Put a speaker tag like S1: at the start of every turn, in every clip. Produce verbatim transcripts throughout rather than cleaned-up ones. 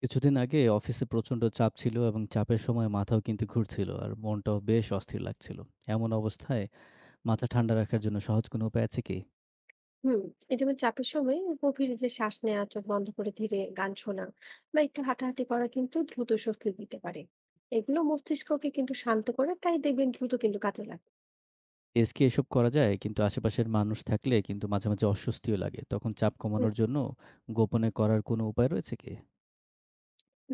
S1: কিছুদিন আগে অফিসে প্রচণ্ড চাপ ছিল এবং চাপের সময় মাথাও কিন্তু ঘুরছিল আর মনটাও বেশ অস্থির লাগছিল। এমন অবস্থায় মাথা ঠান্ডা রাখার জন্য সহজ কোনো উপায় আছে কি?
S2: হুম। এরকম চাপের সময় গভীর যে শ্বাস নেওয়া, চোখ বন্ধ করে ধীরে গান শোনা বা একটু হাঁটাহাঁটি করা কিন্তু দ্রুত স্বস্তি দিতে পারে। এগুলো মস্তিষ্ককে কিন্তু শান্ত করে, তাই দেখবেন দ্রুত কিন্তু কাজে লাগে।
S1: ডেস্কে এসব করা যায় কিন্তু আশেপাশের মানুষ থাকলে কিন্তু মাঝে, মাঝে অস্বস্তিও লাগে। তখন চাপ
S2: হুম,
S1: কমানোর জন্য গোপনে করার কোনো উপায় রয়েছে কি?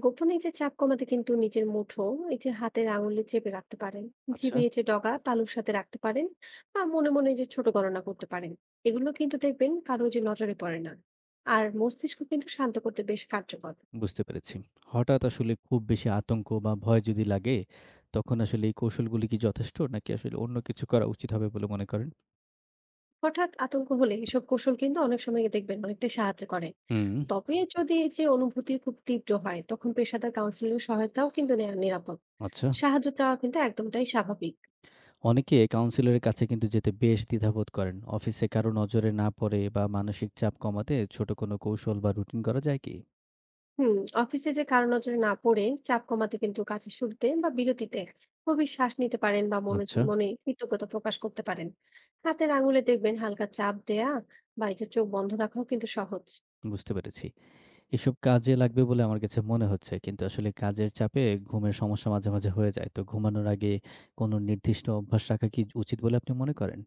S2: গোপনে এই যে চাপ কমাতে কিন্তু নিজের মুঠো, এই যে হাতের আঙুলে চেপে রাখতে পারেন।
S1: আচ্ছা,
S2: জিভে এই যে ডগা তালুর সাথে রাখতে পারেন, বা মনে মনে এই যে ছোট গণনা করতে পারেন। এগুলো কিন্তু দেখবেন কারো যে নজরে পড়ে না, আর মস্তিষ্ক কিন্তু শান্ত করতে বেশ কার্যকর।
S1: বুঝতে পেরেছি। হঠাৎ আসলে খুব বেশি আতঙ্ক বা ভয় যদি লাগে, তখন আসলে এই কৌশলগুলি কি যথেষ্ট নাকি আসলে অন্য কিছু করা উচিত হবে বলে মনে করেন?
S2: হঠাৎ আতঙ্ক হলে এসব কৌশল কিন্তু অনেক সময় দেখবেন অনেকটাই সাহায্য করে।
S1: হুম,
S2: তবে যদি এই যে অনুভূতি খুব তীব্র হয়, তখন পেশাদার কাউন্সিলিং সহায়তাও কিন্তু নেওয়া নিরাপদ।
S1: আচ্ছা।
S2: সাহায্য চাওয়া কিন্তু একদমটাই স্বাভাবিক।
S1: অনেকে কাউন্সিলরের কাছে কিন্তু যেতে বেশ দ্বিধাবোধ করেন। অফিসে কারো নজরে না পড়ে বা মানসিক চাপ কমাতে ছোট কোনো কৌশল বা রুটিন করা যায় কি?
S2: হুম। অফিসে যে কারো নজরে না পড়ে চাপ কমাতে কিন্তু কাজের শুরুতে বা বিরতিতে গভীর শ্বাস নিতে পারেন, বা মনে
S1: আচ্ছা,
S2: মনে কৃতজ্ঞতা প্রকাশ করতে পারেন। হাতের আঙুলে দেখবেন হালকা চাপ দেয়া বা এই যে চোখ বন্ধ রাখাও কিন্তু সহজ।
S1: বুঝতে পেরেছি। এসব কাজে লাগবে বলে আমার কাছে মনে হচ্ছে। কিন্তু আসলে কাজের চাপে ঘুমের সমস্যা মাঝে, মাঝে হয়ে যায়। তো ঘুমানোর আগে কোনো নির্দিষ্ট অভ্যাস রাখা কি উচিত বলে আপনি মনে করেন?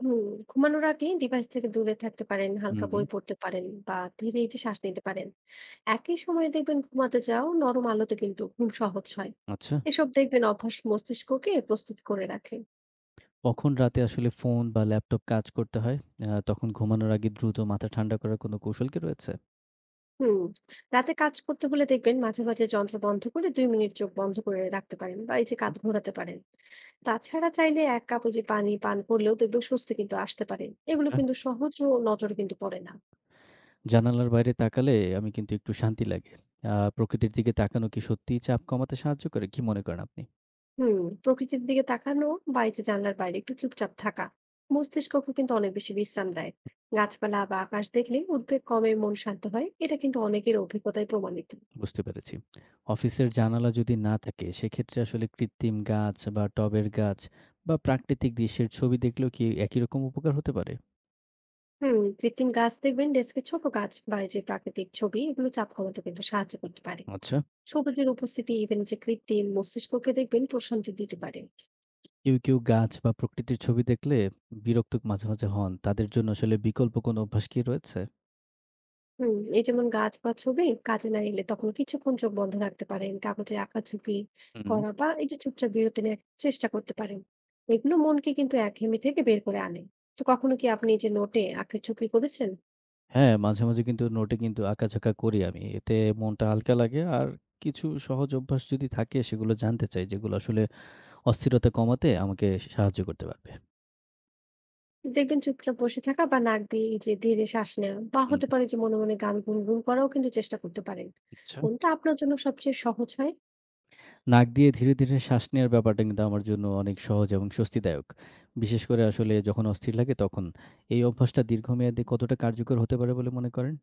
S2: হুম। ঘুমানোর আগে ডিভাইস থেকে দূরে থাকতে পারেন, হালকা
S1: হুম,
S2: বই পড়তে পারেন বা ধীরে এই যে শ্বাস নিতে পারেন। একই সময়ে দেখবেন ঘুমাতে যাও, নরম আলোতে কিন্তু ঘুম সহজ হয়।
S1: আচ্ছা।
S2: এসব দেখবেন অভ্যাস মস্তিষ্ককে প্রস্তুত করে রাখে।
S1: কখন রাতে আসলে ফোন বা ল্যাপটপ কাজ করতে হয়? আ তখন ঘুমানোর আগে দ্রুত মাথা ঠান্ডা করার কোনো কৌশল কি রয়েছে?
S2: হুম। রাতে কাজ করতে হলে দেখবেন মাঝে মাঝে যন্ত্র বন্ধ করে দুই মিনিট চোখ বন্ধ করে রাখতে পারেন, বা এই যে
S1: হুম,
S2: কাঁধ ঘোরাতে পারেন। তাছাড়া চাইলে এক কাপ ওই যে পানি পান করলেও দেখবেন স্বস্তি কিন্তু আসতে পারে। এগুলো
S1: আচ্ছা।
S2: কিন্তু সহজ ও নজর কিন্তু পড়ে না।
S1: জানালার বাইরে তাকালে আমি কিন্তু একটু শান্তি লাগে। আ প্রকৃতির দিকে তাকানো কি সত্যিই চাপ কমাতে সাহায্য করে? কি মনে করেন আপনি?
S2: হুম। প্রকৃতির দিকে তাকানো বা এই যে জানলার বাইরে একটু চুপচাপ থাকা মস্তিষ্ককে কিন্তু অনেক বেশি বিশ্রাম দেয়। গাছপালা বা আকাশ দেখলে উদ্বেগ কমে, মন শান্ত হয়। এটা কিন্তু অনেকের অভিজ্ঞতায় প্রমাণিত।
S1: বুঝতে পেরেছি। অফিসের জানালা যদি না থাকে সেক্ষেত্রে আসলে কৃত্রিম গাছ বা টবের গাছ বা প্রাকৃতিক দৃশ্যের ছবি দেখলেও কি একই রকম উপকার হতে পারে?
S2: হুম, কৃত্রিম গাছ দেখবেন, ডেস্কের ছোট গাছ বা এই যে প্রাকৃতিক ছবি, এগুলো চাপ কমাতে কিন্তু সাহায্য করতে পারে।
S1: আচ্ছা।
S2: সবুজের উপস্থিতি, ইভেন যে কৃত্রিম, মস্তিষ্ককে দেখবেন প্রশান্তি দিতে পারে।
S1: কেউ, কেউ গাছ বা প্রকৃতির ছবি দেখলে বিরক্ত মাঝে, মাঝে হন। তাদের জন্য আসলে বিকল্প কোনো অভ্যাস কি রয়েছে?
S2: হুম, এই যেমন গাছ বা ছবি কাজে না এলে, তখন কিছুক্ষণ চোখ বন্ধ রাখতে পারেন, কাগজে আঁকা ছবি
S1: হুম।
S2: করা বা এই যে চুপচাপ বিরতি নেওয়ার চেষ্টা করতে পারেন। এগুলো মনকে কিন্তু একঘেয়েমি থেকে বের করে আনে। তো কখনো কি আপনি এই যে নোটে আঁকা ছবি করেছেন?
S1: হ্যাঁ, মাঝে, মাঝে কিন্তু নোটে কিন্তু আঁকাঝোঁকা করি আমি। এতে মনটা হালকা লাগে। আর কিছু সহজ অভ্যাস যদি থাকে সেগুলো জানতে চাই, যেগুলো আসলে অস্থিরতা কমাতে আমাকে সাহায্য করতে পারবে।
S2: দেখবেন চুপচাপ বসে থাকা বা নাক দিয়ে এই যে ধীরে শ্বাস নেওয়া, বা
S1: হুম,
S2: হতে পারে যে মনে মনে গান গুনগুন করাও কিন্তু চেষ্টা করতে পারেন।
S1: আচ্ছা।
S2: কোনটা আপনার জন্য সবচেয়ে সহজ হয়?
S1: নাক দিয়ে ধীরে, ধীরে শ্বাস নেওয়ার ব্যাপারটা কিন্তু আমার জন্য অনেক সহজ এবং স্বস্তিদায়ক। বিশেষ করে আসলে যখন অস্থির লাগে তখন। এই অভ্যাসটা দীর্ঘমেয়াদে কতটা কার্যকর হতে পারে বলে মনে করেন?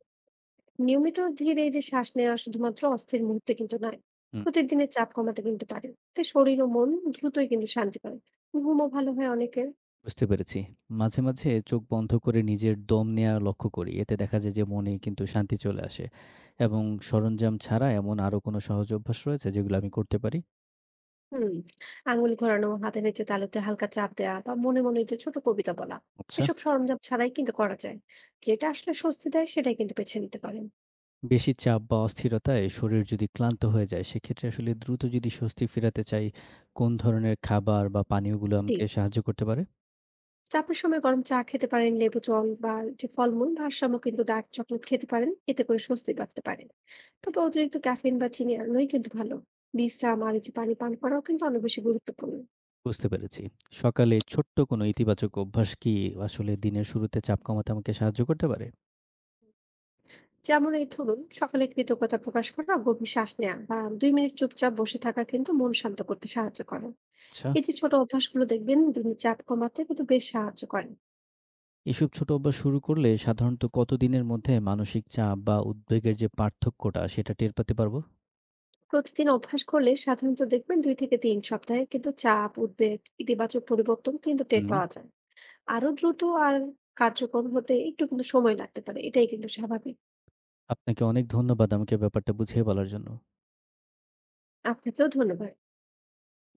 S2: নিয়মিত ধীরে এই যে শ্বাস নেওয়া শুধুমাত্র অস্থির মুহূর্তে কিন্তু নয়,
S1: হুম।
S2: প্রতিদিনের চাপ কমাতে কিন্তু পারে। তাই শরীর ও মন দ্রুতই কিন্তু শান্তি পায়, ঘুমও ভালো হয় অনেকের।
S1: বুঝতে পেরেছি। মাঝে, মাঝে চোখ বন্ধ করে নিজের দম নেয়া লক্ষ্য করি। এতে দেখা যায় যে মনে কিন্তু শান্তি চলে আসে। এবং সরঞ্জাম ছাড়া এমন আরো কোনো সহজ অভ্যাস রয়েছে যেগুলো আমি করতে পারি?
S2: হুম, আঙুল ঘোরানো, হাতের নিচে তালুতে হালকা চাপ দেওয়া, বা মনে মনে যে ছোট কবিতা বলা,
S1: আচ্ছা।
S2: এসব সরঞ্জাম ছাড়াই কিন্তু করা যায়। যেটা আসলে স্বস্তি দেয়, সেটাই কিন্তু বেছে নিতে পারেন।
S1: বেশি চাপ বা অস্থিরতায় শরীর যদি ক্লান্ত হয়ে যায় সেক্ষেত্রে আসলে দ্রুত যদি স্বস্তি ফেরাতে চাই, কোন ধরনের খাবার বা পানীয়গুলো
S2: জি।
S1: আমাকে সাহায্য করতে পারে?
S2: চাপের সময় গরম চা খেতে পারেন, লেবু জল বা যে ফলমূল ভারসাম্য, কিন্তু ডার্ক চকলেট খেতে পারেন, এতে করে স্বস্তি বাড়তে পারেন। তবে অতিরিক্ত ক্যাফিন বা চিনি এড়ানোই কিন্তু ভালো। বিশ্রাম আর এই যে পানি পান করাও কিন্তু অনেক বেশি গুরুত্বপূর্ণ।
S1: বুঝতে পেরেছি। সকালে ছোট্ট কোনো ইতিবাচক অভ্যাস কি আসলে দিনের শুরুতে চাপ কমাতে আমাকে সাহায্য করতে পারে?
S2: যেমন এই ধরুন, সকালে কৃতজ্ঞতা প্রকাশ করা, গভীর শ্বাস নেওয়া বা দুই মিনিট চুপচাপ বসে থাকা কিন্তু মন শান্ত করতে সাহায্য করে।
S1: আচ্ছা।
S2: এই যে ছোট অভ্যাসগুলো দেখবেন দিনের চাপ কমাতে কিন্তু বেশ সাহায্য করে।
S1: এসব ছোট অভ্যাস শুরু করলে সাধারণত কতদিনের মধ্যে মানসিক চাপ বা উদ্বেগের যে পার্থক্যটা সেটা টের পেতে পারবো?
S2: প্রতিদিন অভ্যাস করলে সাধারণত দেখবেন দুই থেকে তিন সপ্তাহে কিন্তু চাপ, উদ্বেগ, ইতিবাচক পরিবর্তন কিন্তু টের
S1: হুম।
S2: পাওয়া যায়। আরো দ্রুত আর কার্যকর হতে একটু কিন্তু সময় লাগতে পারে। এটাই কিন্তু স্বাভাবিক।
S1: আপনাকে অনেক ধন্যবাদ আমাকে ব্যাপারটা বুঝিয়ে বলার জন্য।
S2: আপনাকেও ধন্যবাদ।